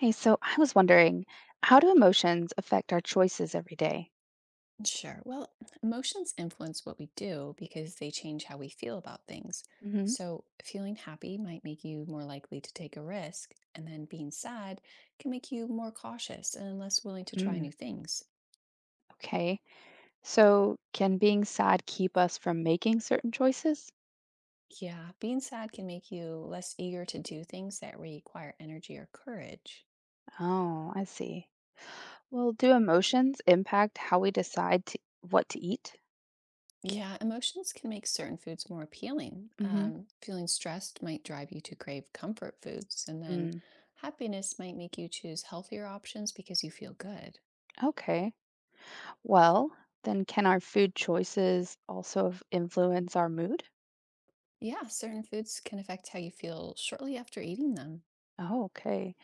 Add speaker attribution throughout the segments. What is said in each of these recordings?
Speaker 1: Hey, so I was wondering, how do emotions affect our choices every day?
Speaker 2: Sure. Well, emotions influence what we do because they change how we feel about things.
Speaker 1: Hmm.
Speaker 2: So, feeling happy might make you more likely to take a risk, and then being sad can make you more cautious and less willing to try
Speaker 1: Mm,
Speaker 2: new things.
Speaker 1: okay. So can being sad keep us from making certain choices?
Speaker 2: Yeah, being sad can make you less eager to do things that require energy or courage.
Speaker 1: Oh, I see. Well, do emotions impact how we decide what to eat?
Speaker 2: Yeah, emotions can make certain foods more appealing.
Speaker 1: Hmm.
Speaker 2: Feeling stressed might drive you to crave comfort foods, and then
Speaker 1: Mm,
Speaker 2: happiness might make you choose healthier options because you feel good.
Speaker 1: okay. Well, then can our food choices also influence our mood?
Speaker 2: Yeah, certain foods can affect how you feel shortly after eating them.
Speaker 1: Oh, okay.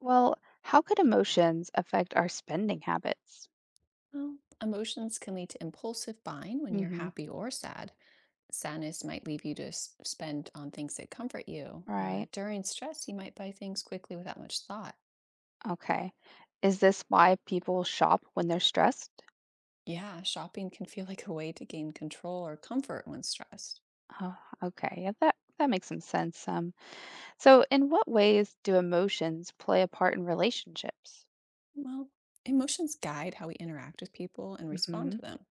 Speaker 1: Well, how could emotions affect our spending habits?
Speaker 2: Well, emotions can lead to impulsive buying when you're
Speaker 1: Hmm.
Speaker 2: happy or sad. Sadness might leave you to spend on things that comfort you.
Speaker 1: Right.
Speaker 2: During stress, you might buy things quickly without much thought.
Speaker 1: Okay. Is this why people shop when they're stressed?
Speaker 2: Yeah, shopping can feel like a way to gain control or comfort when stressed.
Speaker 1: Oh, okay. Yeah, that makes some sense. So in what ways do emotions play a part in relationships?
Speaker 2: Well, emotions guide how we interact with people and respond
Speaker 1: Hmm.
Speaker 2: to them.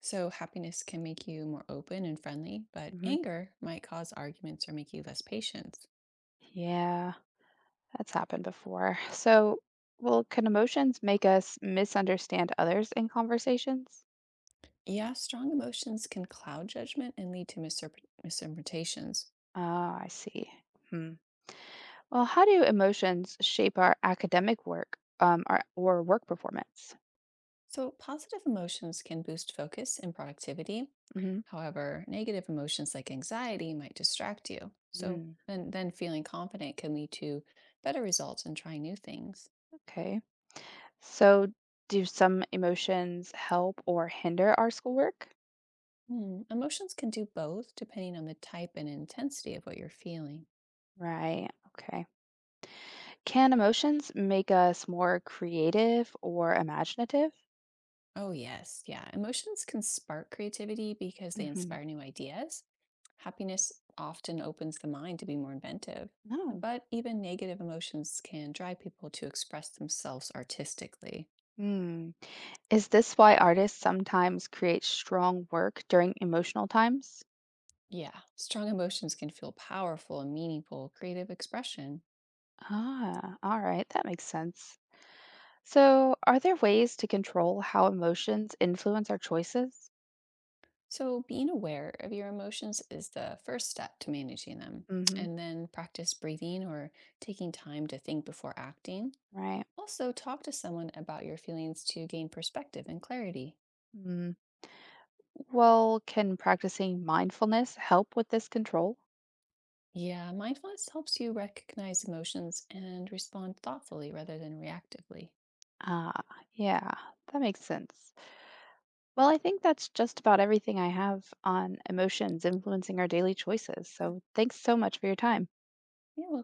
Speaker 2: So, happiness can make you more open and friendly, but
Speaker 1: Hmm.
Speaker 2: anger might cause arguments or make you less patient.
Speaker 1: Yeah, that's happened before. Well, can emotions make us misunderstand others in conversations?
Speaker 2: Yeah, strong emotions can cloud judgment and lead to misinterpretations.
Speaker 1: Ah, I see. Hmm. Well, how do emotions shape our academic work, or work performance?
Speaker 2: So, positive emotions can boost focus and productivity.
Speaker 1: Hmm.
Speaker 2: However, negative emotions like anxiety might distract you. So,
Speaker 1: Mm,
Speaker 2: and then feeling confident can lead to better results and trying new things.
Speaker 1: okay. So, do some emotions help or hinder our schoolwork?
Speaker 2: Hmm, emotions can do both depending on the type and intensity of what you're feeling.
Speaker 1: Right. Okay. Can emotions make us more creative or imaginative?
Speaker 2: Oh, yes. Yeah. Emotions can spark creativity because they
Speaker 1: Hmm.
Speaker 2: inspire new ideas. Happiness often opens the mind to be more inventive,
Speaker 1: No.
Speaker 2: but even negative emotions can drive people to express themselves artistically.
Speaker 1: Hmm. Is this why artists sometimes create strong work during emotional times?
Speaker 2: Yeah. Strong emotions can feel powerful and meaningful creative expression.
Speaker 1: Ah, all right. That makes sense. So, are there ways to control how emotions influence our choices?
Speaker 2: So, being aware of your emotions is the first step to managing them.
Speaker 1: Hmm.
Speaker 2: And then practice breathing or taking time to think before acting.
Speaker 1: Right.
Speaker 2: Also, talk to someone about your feelings to gain perspective and clarity.
Speaker 1: Mm. Well, can practicing mindfulness help with this control?
Speaker 2: Yeah, mindfulness helps you recognize emotions and respond thoughtfully rather than reactively.
Speaker 1: Ah, yeah, that makes sense. Well, I think that's just about everything I have on emotions influencing our daily choices. So thanks so much for your time.
Speaker 2: Yeah, well,